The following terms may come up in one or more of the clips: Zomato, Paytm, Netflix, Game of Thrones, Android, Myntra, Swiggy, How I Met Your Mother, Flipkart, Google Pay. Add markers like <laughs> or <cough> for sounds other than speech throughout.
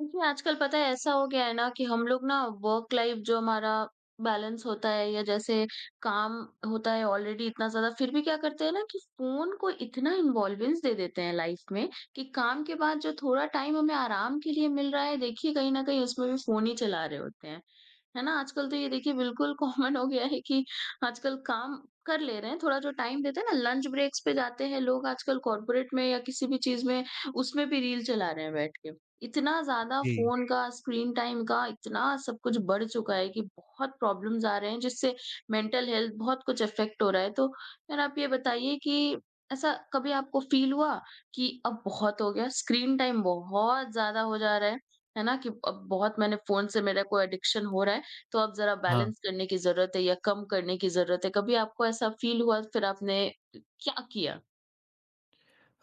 देखिए, आजकल पता है ऐसा हो गया है ना कि हम लोग ना वर्क लाइफ जो हमारा बैलेंस होता है या जैसे काम होता है ऑलरेडी इतना ज्यादा फिर भी क्या करते हैं ना कि फोन को इतना इन्वॉल्वेंस दे देते हैं लाइफ में कि काम के बाद जो थोड़ा टाइम हमें आराम के लिए मिल रहा है देखिए कहीं ना कहीं उसमें भी फोन ही चला रहे होते हैं है ना आजकल तो ये देखिए बिल्कुल <laughs> कॉमन हो गया है कि आजकल काम कर ले रहे हैं थोड़ा जो टाइम देते हैं ना लंच ब्रेक्स पे जाते हैं लोग आजकल कॉर्पोरेट में या किसी भी चीज में उसमें भी रील चला रहे हैं बैठ के इतना ज़्यादा जी, फ़ोन का, स्क्रीन टाइम का इतना सब कुछ बढ़ चुका है कि बहुत प्रॉब्लम्स आ रहे हैं जिससे मेंटल हेल्थ बहुत कुछ अफ़ेक्ट हो रहा है। तो यार आप ये बताइए कि ऐसा कभी आपको फ़ील हुआ कि अब बहुत हो गया, स्क्रीन टाइम बहुत ज़्यादा हो जा रहा है ना? कि अब बहुत मैंने फ़ोन से मेरा कोई एडिक्शन हो रहा है, तो अब ज़रा हाँ। बैलेंस करने की ज़रूरत है या कम करने की ज़रूरत है। कभी आपको ऐसा फ़ील हुआ फिर आपने क्या किया?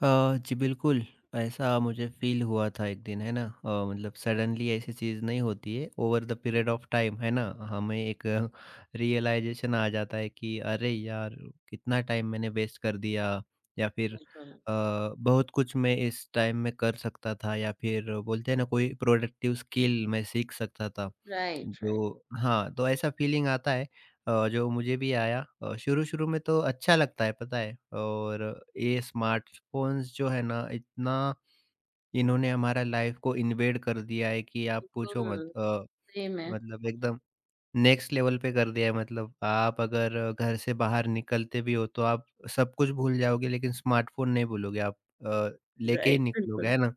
जी बिल्कुल, ऐसा मुझे फ़ील हुआ था एक दिन, है ना? मतलब सडनली ऐसी चीज़ नहीं होती है, ओवर द जी, पीरियड ऑफ टाइम, है ना? हमें एक <laughs> रियलाइज़ेशन आ जाता है कि अरे यार! कितना टाइम मैंने वेस्ट कर दिया या फिर बिल्कुल। बहुत कुछ मैं इस टाइम में कर सकता था या फिर बोलते हैं ना कोई प्रोडक्टिव स्किल मैं सीख सकता था। Right, right. जो हाँ, तो ऐसा फ़ीलिंग आता है। जो मुझे भी आया शुरू-शुरू में तो अच्छा लगता है पता है। और ये स्मार्टफ़ोन्स जो है ना, इतना इन्होंने हमारा लाइफ़ को इन्वेड कर दिया है कि आप पूछो बिल्कुल, मत। सही में। मतलब एकदम नेक्स्ट लेवल पे कर दिया है। मतलब आप अगर घर से बाहर निकलते भी हो तो आप सब कुछ भूल जाओगे, लेकिन स्मार्टफ़ोन नहीं भूलोगे आप, अ, लेके ही राइट, निकलोगे, बिल्कुल। है ना?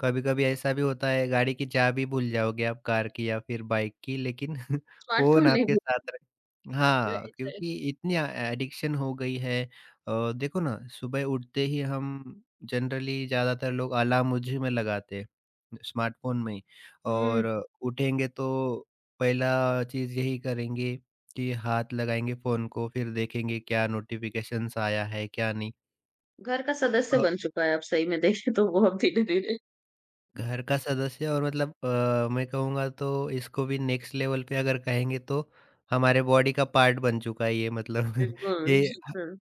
कभी-कभी ऐसा भी होता है, गाड़ी की चाबी भूल जाओगे आप, कार की या फिर बाइक की, लेकिन <laughs> फ़ोन स्मार्टफ़ोन नहीं आपके भूलता साथ रहे। है, हाँ, राइट। क्योंकि इतनी एडिक्शन हो गई है। देखो ना, सुबह उठते ही हम जनरली, ज़्यादातर लोग अलार्म उसी में लगाते हैं, स्मार्टफ़ोन में ही। और हुँ, उठेंगे तो पहला चीज़ यही करेंगे कि हाथ लगाएँगे फ़ोन को, फिर देखेंगे क्या नोटिफ़िकेशंस आया है, क्या नहीं। घर का सदस्य बन चुका है अब सही में देखें तो वो अब धीरे-धीरे। घर का सदस्य, और मतलब मैं कहूँगा तो इसको भी नेक्स्ट लेवल पे अगर कहेंगे तो हमारे बॉडी का पार्ट बन चुका है ये मतलब। <laughs> बिल्कुल, ये ह- बिल्कुल,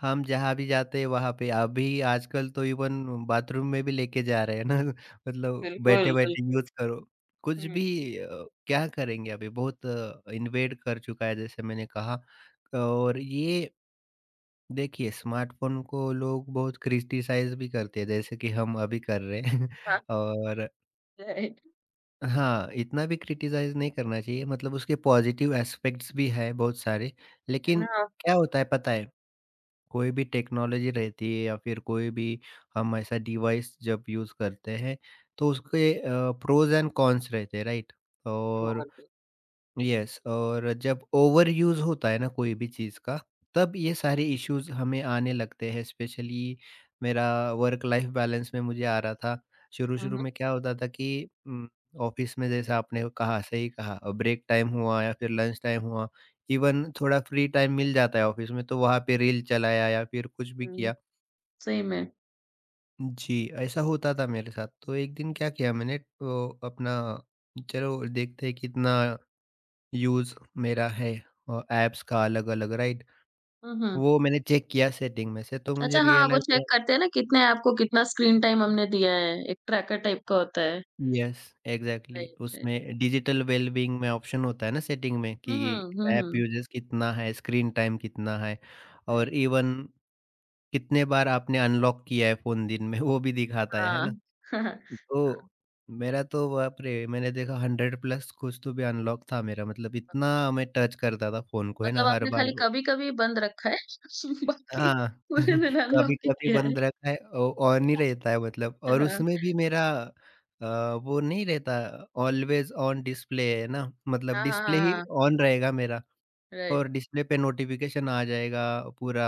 हम जहाँ भी जाते हैं वहाँ पे अभी आजकल तो इवन बाथरूम में भी लेके जा रहे हैं ना। <laughs> मतलब बिल्कुल, बैठे-बैठे बिल्कुल। यूज़ करो। कुछ हुँ, भी क्या करेंगे, अभी बहुत इन्वेड कर चुका है जैसे मैंने कहा। और ये देखिए, स्मार्टफ़ोन को लोग बहुत क्रिटिसाइज़ भी करते हैं, जैसे कि हम अभी कर रहे हैं। हाँ, <laughs> और राइट, हाँ, इतना भी क्रिटिसाइज़ नहीं करना चाहिए, मतलब उसके पॉज़िटिव एस्पेक्ट्स भी हैं बहुत सारे। है लेकिन ना? क्या होता है पता है, कोई भी टेक्नोलॉजी रहती है या फिर कोई भी हम ऐसा डिवाइस जब यूज़ करते हैं, तो उसके प्रोज़ एंड कॉन्स रहते हैं, राइट? बिल्कुल, और बिल्कुल। यस, और जब ओवर यूज़ होता है ना कोई भी चीज़ का, तब ये सारे इश्यूज़ हमें आने लगते हैं। स्पेशली मेरा वर्क लाइफ़ बैलेंस में मुझे आ रहा था। हुँ, हुँ, शुरू-शुरू में क्या होता था कि ऑफ़िस में, जैसा आपने कहा, सही कहा, ब्रेक टाइम हुआ या फिर लंच टाइम हुआ, इवन थोड़ा फ्री टाइम मिल जाता है ऑफ़िस में, तो वहाँ पे रील चलाया या फिर कुछ भी हुँ, किया। सही में। जी, ऐसा होता था मेरे साथ। तो एक दिन क्या किया मैंने, तो अपना चलो देखते हैं कितना यूज़ मेरा है ऐप्स का अलग-अलग, राइट? हुँ, हुँ। वो मैंने चेक किया सेटिंग में से तो मुझे अच्छा हाँ, वो रियलाइज़ चेक हुआ। करते हैं ना कितने आपको कितना स्क्रीन टाइम हमने दिया है, एक ट्रैकर टाइप का होता है। Yes, exactly, right, right. उसमें डिजिटल वेलबीइंग में ऑप्शन होता है ना सेटिंग में, हुँ, कि हुँ, हुँ, ऐप हुँ, यूज़ेज़ कितना है, स्क्रीन टाइम कितना है राइट, और इवन कितने बार आपने अनलॉक किया है फ़ोन दिन में। <laughs> वो भी दिखाता है हाँ। ना? <laughs> हाँ। तो मेरा तो बाप रे! मैंने देखा 100 प्लस कुछ तो भी अनलॉक था मेरा, मतलब इतना मैं टच करता था फ़ोन को है मतलब ना हर आपने खाली बार। कभी-कभी बंद रखा है <laughs> बाकी हाँ, पूरे <laughs> मैंने अनलॉक ही कभी-कभी किया है। बंद रखा है, औ ऑन ही रहता है मतलब। और हाँ। उसमें भी मेरा अ, वो नहीं रहता ऑलवेज ऑन डिस्प्ले है ना, मतलब हाँ, हाँ, डिस्प्ले हाँ, ही हाँ। ऑन रहेगा मेरा। और राइट। डिस्प्ले पे नोटिफ़िकेशन आ जाएगा पूरा,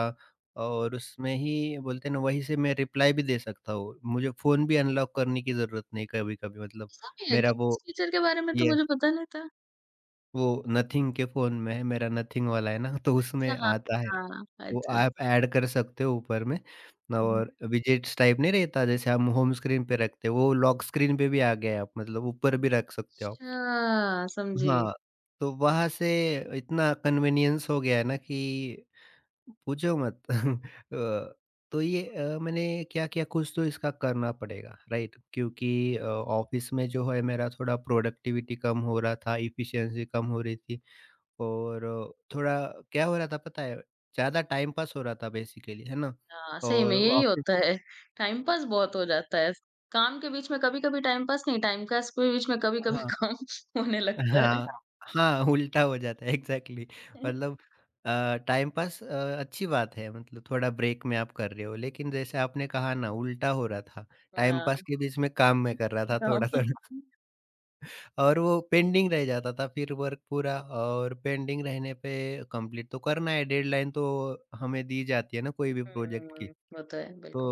और उसमें ही बोलते हैं ना, वहीं से मैं रिप्लाई भी दे सकता हूँ। मुझे फ़ोन भी अनलॉक करने की ज़रूरत नहीं कभी-कभी मतलब। ऐसा भी है मेरा क्या? इस वो, फीचर के बारे में तो ये, मुझे पता नहीं था। वो नथिंग के फ़ोन में है, मेरा नथिंग वाला है ना, तो अच्छा उसमें हाँ, आता है। हाँ। वो अच्छा, आप ऐड कर सकते हो ऊपर में। अच्छा। और विजेट्स टाइप नहीं रहता जैसे हम होम स्क्रीन पे रखते हैं, वो लॉक स्क्रीन पे भी आ गया है, आप मतलब ऊपर भी रख सकते हो आप। अच्छा, समझी। हाँ, तो वहाँ से इतना कन्वीनियंस हो गया है ना कि पूछो मत। <laughs> तो ये मैंने क्या-क्या, कुछ तो इसका करना पड़ेगा, राइट? क्योंकि ऑफ़िस में जो है, मेरा थोड़ा प्रोडक्टिविटी कम हो रहा था, एफिशिएंसी कम हो रही थी। और थोड़ा क्या हो रहा था पता है? ज़्यादा टाइम पास हो रहा था बेसिकली, है ना? हाँ, सही में और यही ऑफ़िस, होता है। टाइम पास बहुत हो जाता है। काम के बीच में कभी-कभी टाइम पास नहीं, टाइम पास के बीच में कभी-कभी हाँ, काम <laughs> होने लगता है। हाँ, हाँ, उल्टा हो जाता है एग्ज़ैक्टली। मतलब टाइम पास अच्छी बात है, मतलब थोड़ा ब्रेक में आप कर रहे हो, लेकिन जैसे आपने कहा ना, उल्टा हो रहा था, टाइम हाँ, पास के बीच में काम मैं कर रहा था काम थोड़ा-थोड़ा। और वो पेंडिंग रह जाता था, फिर वर्क पूरा, और पेंडिंग रहने पे कंप्लीट तो करना है, डेडलाइन तो हमें दी जाती है ना कोई भी हुँ, प्रोजेक्ट की। वो तो है तो बिल्कुल।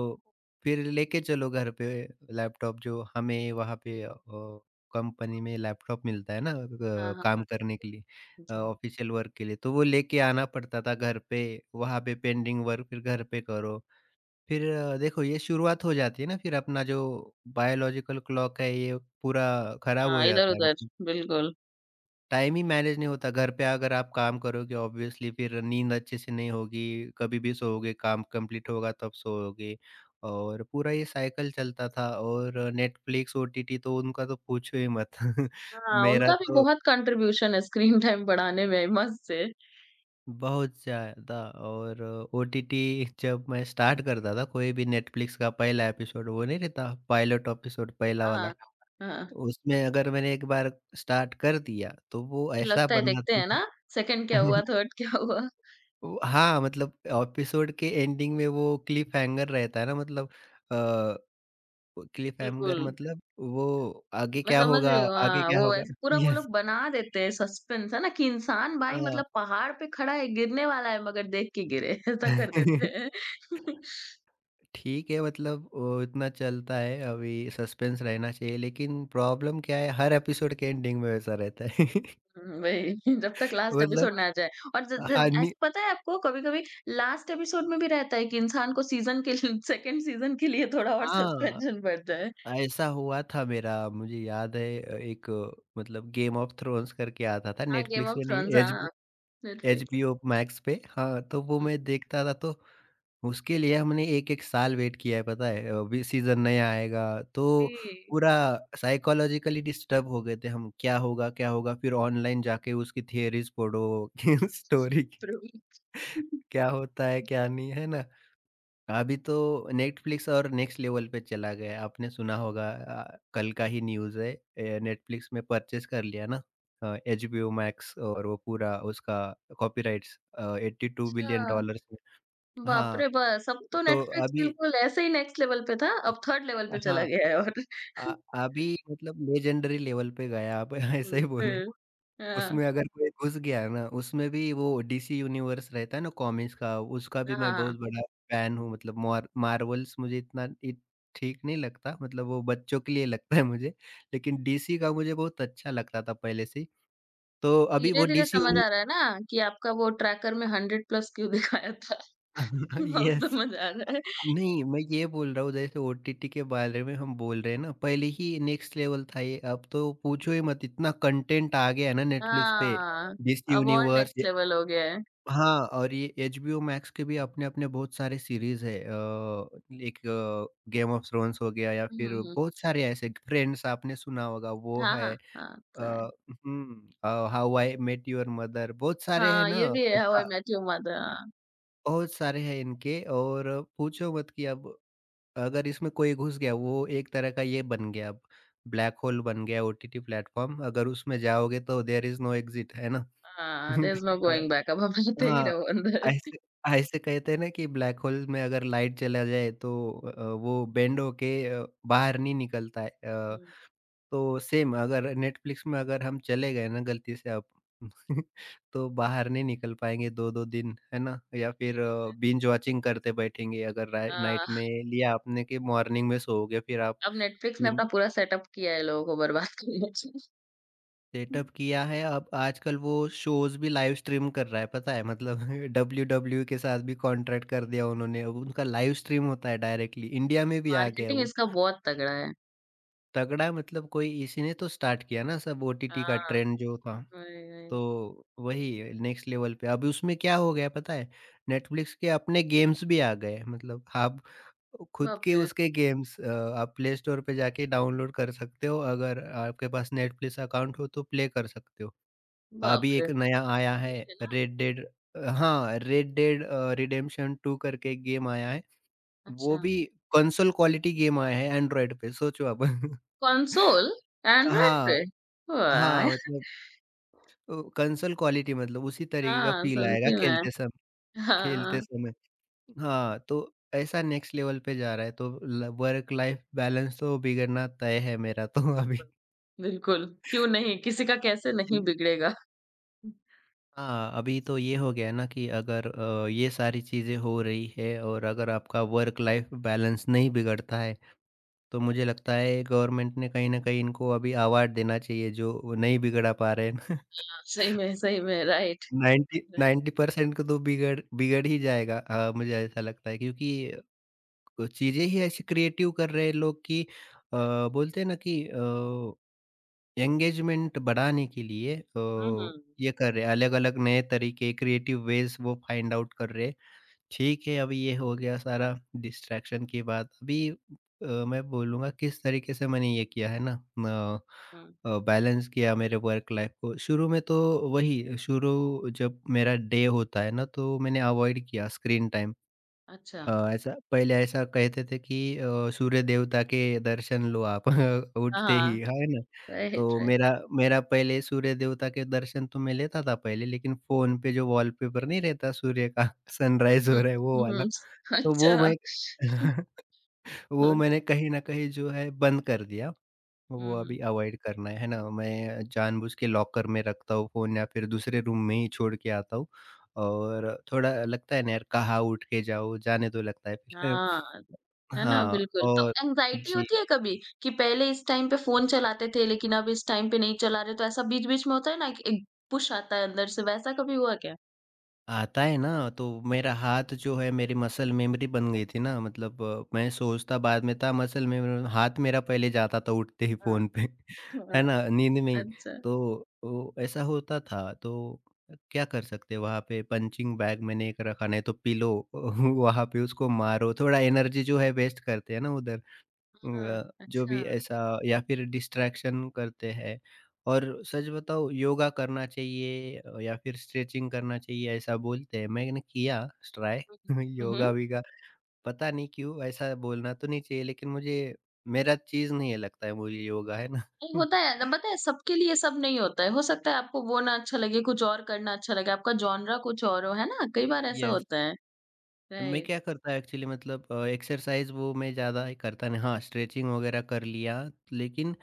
फिर लेके चलो घर पे लैपटॉप, जो हमें वहाँ पे कंपनी में लैपटॉप मिलता है ना हाँ, हाँ, काम हाँ। करने के लिए, जी। ऑफिशियल वर्क के लिए, तो वो लेके आना पड़ता था घर पे। वहाँ पे पेंडिंग वर्क फिर घर पे करो। फिर देखो, ये शुरुआत हो जाती है ना, फिर अपना जो बायोलॉजिकल क्लॉक है ये पूरा खराब हो हाँ, जाता है, इधर-उधर, बिल्कुल। टाइम ही मैनेज नहीं होता। घर पे अगर आप काम करोगे ऑब्वियसली फिर नींद अच्छे से नहीं होगी, कभी भी सोओगे, काम कंप्लीट होगा तब सोओगे, और पूरा ये साइकिल चलता था। और नेटफ्लिक्स, ओटीटी तो उनका तो पूछो ही मत। <laughs> हाँ, मेरा उनका भी तो बहुत कंट्रीब्यूशन है स्क्रीन टाइम बढ़ाने में मस्त है। बहुत ज़्यादा। और ओटीटी जब मैं स्टार्ट करता था, कोई भी नेटफ्लिक्स का पहला एपिसोड, वो नहीं रहता पायलट एपिसोड पहला वाला, हाँ, हाँ, उसमें अगर मैंने एक बार स्टार्ट कर दिया तो वो फिर ऐसा लगता है बना देखते हैं था। ना, सेकंड क्या हुआ, <laughs> थर्ड क्या हुआ? वो हाँ, मतलब एपिसोड के एंडिंग में वो क्लिफ़हैंगर रहता है ना मतलब अ, क्लिफ़हैंगर बिल्कुल, मतलब वो आगे मैं क्या समझ होगा, रही हूँ आगे हाँ, क्या वो होगा? ऐसे पूरा वो लोग यस, बना देते हैं सस्पेंस है ना कि इंसान भाई हाँ। मतलब पहाड़ पे खड़ा है, गिरने वाला है मगर देख के गिरे, <laughs> ऐसा कर देते <laughs> हैं। ठीक है, मतलब वो इतना चलता है, अभी सस्पेंस रहना चाहिए, लेकिन प्रॉब्लम क्या है, हर एपिसोड के एंडिंग में वैसा रहता है। <laughs> हुँ, वही <laughs> जब तक लास्ट मतलब एपिसोड ना आ जाए और ज ज हानि, ऐसा पता है आपको कभी-कभी लास्ट एपिसोड में भी रहता है कि इंसान को सीज़न के लिए सेकंड सीज़न के लिए थोड़ा और हाँ, सस्पेंशन बढ़ जाए। ऐसा हुआ था मेरा, मुझे याद है एक, मतलब गेम ऑफ थ्रोन्स करके आता था हाँ, गेम नेटफ्लिक्स ऑफ पे थ्रोन्स नहीं, एच हाँ, नेटफ्लिक्स एचबीओ मैक्स पे। हाँ, तो वो हुँ, मैं देखता था, तो उसके लिए हमने 1-1 साल वेट किया है पता है? अभी सीज़न नया आएगा, तो जी। पूरा साइकोलॉजिकली डिस्टर्ब हो गए थे हम, क्या होगा, क्या होगा? फिर ऑनलाइन जाके उसकी थियरीज़ पढ़ो, <laughs> स्टोरी प्रवी क्या होता है, क्या नहीं, है ना? अभी तो नेटफ्लिक्स और नेक्स्ट लेवल पे चला गया है। आपने सुना होगा कल का ही न्यूज़ है, नेटफ्लिक्स में परचेस कर लिया ना एचबीओ मैक्स, और वो पूरा उसका कॉपीराइट्स 82 बिलियन अच्छा, डॉलर्स में। बाप हाँ, रे बस! अब तो तो नेटफ्लिक्स अभी बिल्कुल ऐसे ही नेक्स्ट लेवल पे था, अब थर्ड लेवल पे चला हाँ, गया है और अभी मतलब लेजेंडरी लेवल पे गया आप, <laughs> ऐसा हुँ, ही बोलो। फिर <laughs> हाँ, उसमें अगर कोई घुस गया ना, उसमें भी वो डीसी यूनिवर्स रहता है ना कॉमिक्स का, उसका भी हाँ, मैं बहुत हाँ। बड़ा फैन हूँ। मतलब मार्वल्स मुझे इतना इ ठीक नहीं लगता, मतलब वो बच्चों के लिए लगता है मुझे, लेकिन डीसी का मुझे बहुत अच्छा लगता था पहले से ही। तो अभी वो धीरे-धीरे डीसी समझ आ यूनिवर्स। रहा है ना कि आपका वो ट्रैकर में 100 प्लस क्यों दिखाया था, <laughs> <laughs> अब यस, समझ आ रहा है। नहीं मैं ये बोल रहा हूँ, जैसे ओटीटी के बारे में हम बोल रहे हैं ना, पहले ही नेक्स्ट लेवल था ये, अब तो पूछो ही मत, इतना कंटेंट आ गया है ना नेटफ्लिक्स पे, हाँ, डीसी अब और यूनिवर्स। नेक्स्ट लेवल हो गया है। हाँ, और ये एचबीओ मैक्स के भी अपने-अपने बहुत सारे सीरीज़ है एक गेम ऑफ थ्रोन्स हो गया, या हुँ, फिर हुँ, हुँ। बहुत सारे ऐसे, फ्रेंड्स आपने सुना होगा वो हाँ, है, हाँ, हाँ, सुना अ, है। How I met your mother, बहुत सारे हैं हाँ, ना ये भी है हाउ आई उसका, मेट योर मदर हाँ। बहुत सारे हैं इनके। और पूछो मत कि अब अगर इसमें कोई घुस गया, वो एक तरह का ये बन गया अब, ब्लैक होल बन गया ओटीटी प्लेटफ़ॉर्म, अगर उसमें जाओगे तो देयर इज़ नो एक्सिट, है ना? हाँ, there is no <laughs> going back अब आप रहते ही हाँ, रहो अंदर। ऐसे ऐसे कहते हैं ना कि ब्लैक होल में अगर लाइट चला जाए तो वो बेंड होके बाहर नहीं निकलता है। हुँ। तो सेम अगर नेटफ्लिक्स में अगर हम चले गए ना गलती से अब, <laughs> तो बाहर नहीं निकल पाएँगे 2-2 दिन, है ना? या फिर बिंज वॉचिंग करते बैठेंगे, अगर रा अ, नाइट में लिया आपने कि मॉर्निंग में सो गए फिर आप। अब नेटफ्लिक्स ने अपना पूरा सेटअप किया है लोगों को बर्बाद करने के लिए। सेटअप किया है, अब आजकल वो शोज़ भी लाइव स्ट्रीम कर रहा है, पता है? मतलब <laughs> डब्ल्यूडब्ल्यूई के साथ भी कॉन्ट्रैक्ट कर दिया उन्होंने, अब उनका लाइव स्ट्रीम होता है डायरेक्टली, इंडिया में भी आ गया मार्केटिंग वो। इसका बहुत तगड़ा है। तगड़ा है, मतलब कोई इसी ने तो स्टार्ट किया ना सब ओटीटी का हाँ, ट्रेंड जो था, वही, वही। तो वही नेक्स्ट लेवल पे। अभी उसमें क्या हो गया पता है? नेटफ्लिक्स के अपने गेम्स भी आ गए, मतलब आप खुद बाप के रे! उसके गेम्स आप प्ले स्टोर पे जाके डाउनलोड कर सकते हो, अगर आपके पास नेटफ्लिक्स अकाउंट हो तो प्ले कर सकते हो। अभी बाप रे! एक नया आया है सही है ना? रेड डेड हाँ, रेड डेड रिडेम्पशन 2 करके एक गेम आया है। वो अच्छा। भी कंसोल क्वालिटी गेम आया है एंड्रॉयड पे सोचो आप। <laughs> कंसोल? एंड्रॉयड हाँ, पे? वाह! हाँ, मतलब कंसोल क्वालिटी मतलब उसी तरीके का हाँ, फ़ील आएगा समझी मैं। खेलते हाँ। समय। हाँ, तो ऐसा नेक्स्ट लेवल पे जा रहा है तो ल वर्क लाइफ़ बैलेंस तो बिगड़ना तय है मेरा तो अभी। बिल्कुल, क्यों नहीं? किसी का कैसे नहीं बिगड़ेगा। हाँ, अभी तो ये हो गया है ना कि अगर ये सारी चीज़ें हो रही है और अगर आपका वर्क लाइफ बैलेंस नहीं बिगड़ता है, तो मुझे लगता है गवर्नमेंट ने कहीं न कहीं इनको अभी अवार्ड देना चाहिए जो वो नहीं बिगड़ा पा रहे हैं। हाँ, सही में, राइट। 90% <laughs> को तो बिगड़ बिगड़ ही जाएगा मुझे ऐसा लगता है क्योंकि कुछ चीज़ें ही ऐसी क्रिएटिव कर रहे हैं लोग कि बोलते हैं ना कि एंगेजमेंट बढ़ाने के लिए हुँ, हुँ, ये कर रहे हैं अलग-अलग नए तरीके क्रिएटिव वेज़ वो फाइंड आउट कर रहे हैं। ठीक है, अभी ये हो गया सारा डिस्ट्रैक्शन की बात। अभी मैं बोलूँगा किस तरीके से मैंने ये किया है ना हुँ। बैलेंस किया मेरे वर्क लाइफ़ को। शुरू में तो वही शुरू जब मेरा डे होता है ना तो मैंने अवॉइड किया स्क्रीन टाइम। अच्छा, ऐसा पहले ऐसा कहते थे कि सूर्य देवता के दर्शन लो आप <laughs> हाँ, उठते हाँ, ही, है ना? राइट, तो राइट। मेरा मेरा पहले सूर्य देवता के दर्शन तो मैं लेता था पहले, लेकिन फ़ोन पे जो वॉलपेपर नहीं रहता सूर्य का <laughs> सनराइज़ हो हुँ, रहा है वो हुँ, वाला, <laughs> तो वो अच्छा, मैं <laughs> वो ओक मैंने कहीं न कहीं जो है बंद कर दिया। वो हुँ, अभी अवॉइड करना है ना? मैं जानबूझ के लॉकर में रखता हूँ फ़ोन या फिर दूसरे रूम में ही छोड़ के आता हूँ और थोड़ा लगता है ना यार कहाँ उठ के जाओ, जाने दो लगता है फिर। हाँ, है ना? हाँ, बिल्कुल, तो और एंग्ज़ायटी जी। होती है कभी कि पहले इस टाइम पे फ़ोन चलाते थे, लेकिन अब इस टाइम पे नहीं चला रहे, तो ऐसा बीच-बीच में होता है ना कि एक पुश आता है अंदर से, वैसा कभी हुआ क्या? आता है ना, तो मेरा हाथ जो है मेरी मसल मेमोरी बन गई थी ना मतलब मैं सोचता बाद में था मसल मेमोरी हाथ मेरा पहले जाता था उठते ही हाँ, फ़ोन पे, <laughs> है हाँ, ना? नींद में ही। अच्छा। तो ऐसा होता था तो क्या कर सकते वहाँ पे पंचिंग बैग मैंने एक रखा नहीं तो पिलो <laughs> वहाँ पे उसको मारो, थोड़ा एनर्जी जो है वेस्ट करते हैं ना उधर। हाँ, जो अच्छा। भी हुँ, ऐसा या फिर डिस्ट्रैक्शन करते हैं और सच बताओ योगा करना चाहिए या फिर स्ट्रेचिंग करना चाहिए ऐसा बोलते हैं मैंने किया ट्राई। हुँ। <laughs> हुँ, योगा हुँ। वीगा पता नहीं क्यों ऐसा बोलना तो नहीं चाहिए लेकिन मुझे मेरा चीज नहीं है लगता है मुझे योगा है ना। नहीं होता <laughs> है ना, पता है सबके लिए सब नहीं होता है हो सकता है आपको वो ना अच्छा लगे कुछ और करना अच्छा लगे आपका जॉनरा कुछ और हो है ना कई बार ऐसा यस। होता है मैं राइट क्या करता एक्चुअली मतलब एक्सरसाइज़ वो मैं ज़्यादा करता नहीं हाँ, स्ट्रेचिंग वगैरह कर लिया लेकिन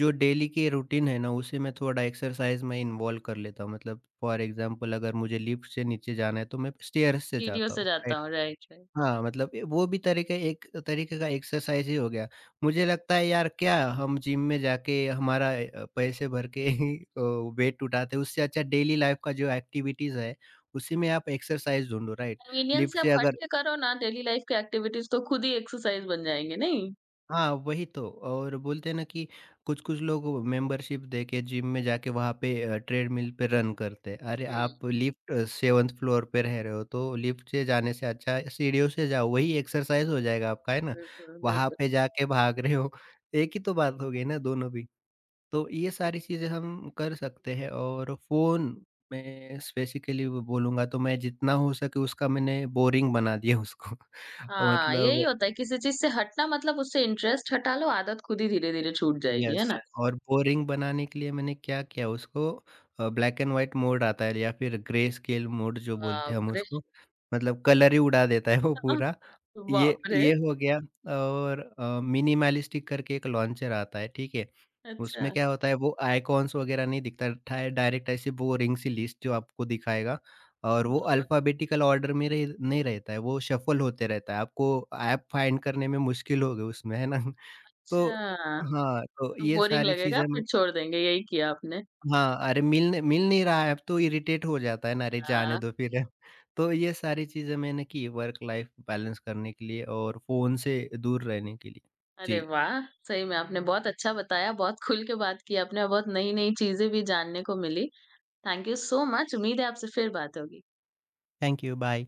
जो डेली की रूटीन है ना उसे मैं थोड़ा एक्सरसाइज़ में इन्वॉल्व कर लेता हूँ। मतलब फॉर एग्ज़ाम्पल अगर मुझे लिफ्ट से नीचे जाना है तो मैं स्टेयर्स से सीढ़ियों जाता से हूँ, जाता राइट? हूँ राइट राइट हाँ, मतलब ए वो भी तरीके एक तरीके का एक्सरसाइज़ ही हो गया। मुझे लगता है यार क्या हम जिम में जाके हमारा पैसे भर के <laughs> ही वेट उठाते हैं उससे अच्छा डेली लाइफ़ का जो एक्टिविटीज़ है, उसी में आप एक्सरसाइज़ ढूँढो, राइट? कन्वीनियंस से लिफ्ट से आप हट अगर के करो ना डेली लाइफ के एक्टिविटीज तो खुद ही एक्सरसाइज बन जाएंगे नहीं हाँ, वही तो और बोलते हैं ना कि कुछ-कुछ लोग मेंबरशिप देके जिम में जाके वहाँ पे ट्रेडमिल पे रन करते हैं। अरे हम्म आप लिफ्ट 7th फ्लोर पे रह रहे हो तो लिफ्ट से जाने से अच्छा है सीढ़ियों से जाओ, वही एक्सरसाइज हो जाएगा आपका, है ना? बिल्कुल वहाँ बिल्कुल पे जाके भाग रहे हो, एक ही तो बात हो गई ना दोनों भी। तो ये सारी चीज़ें हम कर सकते हैं और फ़ोन मैं स्पेसिफिकली बोलूँगा तो मैं जितना हो सके उसका मैंने बोरिंग बना दिया उसको। <laughs> हाँ यही मतलब होता है किसी चीज से हटना मतलब उससे इंटरेस्ट हटा लो आदत खुद ही धीरे धीरे छूट जाएगी यस। है ना और बोरिंग बनाने के लिए मैंने क्या किया उसको ब्लैक एंड व्हाइट मोड आता है या फिर ग्रे स्केल मोड जो बोलते हैं हम बाप रे उसको, मतलब कलर ही उड़ा देता है वो <laughs> पूरा। ये बाप रे ये हो गया और मिनिमलिस्टिक करके एक लॉन्चर आता है, ठीक है? अच्छा उसमें क्या होता है वो आइकॉन्स वगैरह नहीं दिखता, ठा डायरेक्ट ऐसी बोरिंग सी लिस्ट जो आपको दिखाएगा और वो बाबा, अल्फ़ाबेटिकल ऑर्डर में रह नहीं रहता है, वो शफ़ल होते रहता है। आपको ऐप फाइंड करने में मुश्किल होगी उसमें, है ना? तो अच्छा हाँ, तो तो ये बोरिंग सारी लगेगा चीज़ें मैं फिर छोड़ देंगे यही किया आपने हाँ, अरे मिल मिल नहीं रहा है अब तो इरिटेट हो जाता है ना, अरे जाने हाँ, दो फिर। <laughs> तो ये सारी चीज़ें मैंने की वर्क लाइफ़ बैलेंस करने के लिए और फ़ोन से दूर रहने के लिए। अरे जी, वाह! सही में आपने बहुत अच्छा बताया, बहुत खुल के बात की आपने और बहुत नई-नई चीज़ें भी जानने को मिली। Thank you so much. उम्मीद है आपसे फिर बात होगी। Thank you, bye.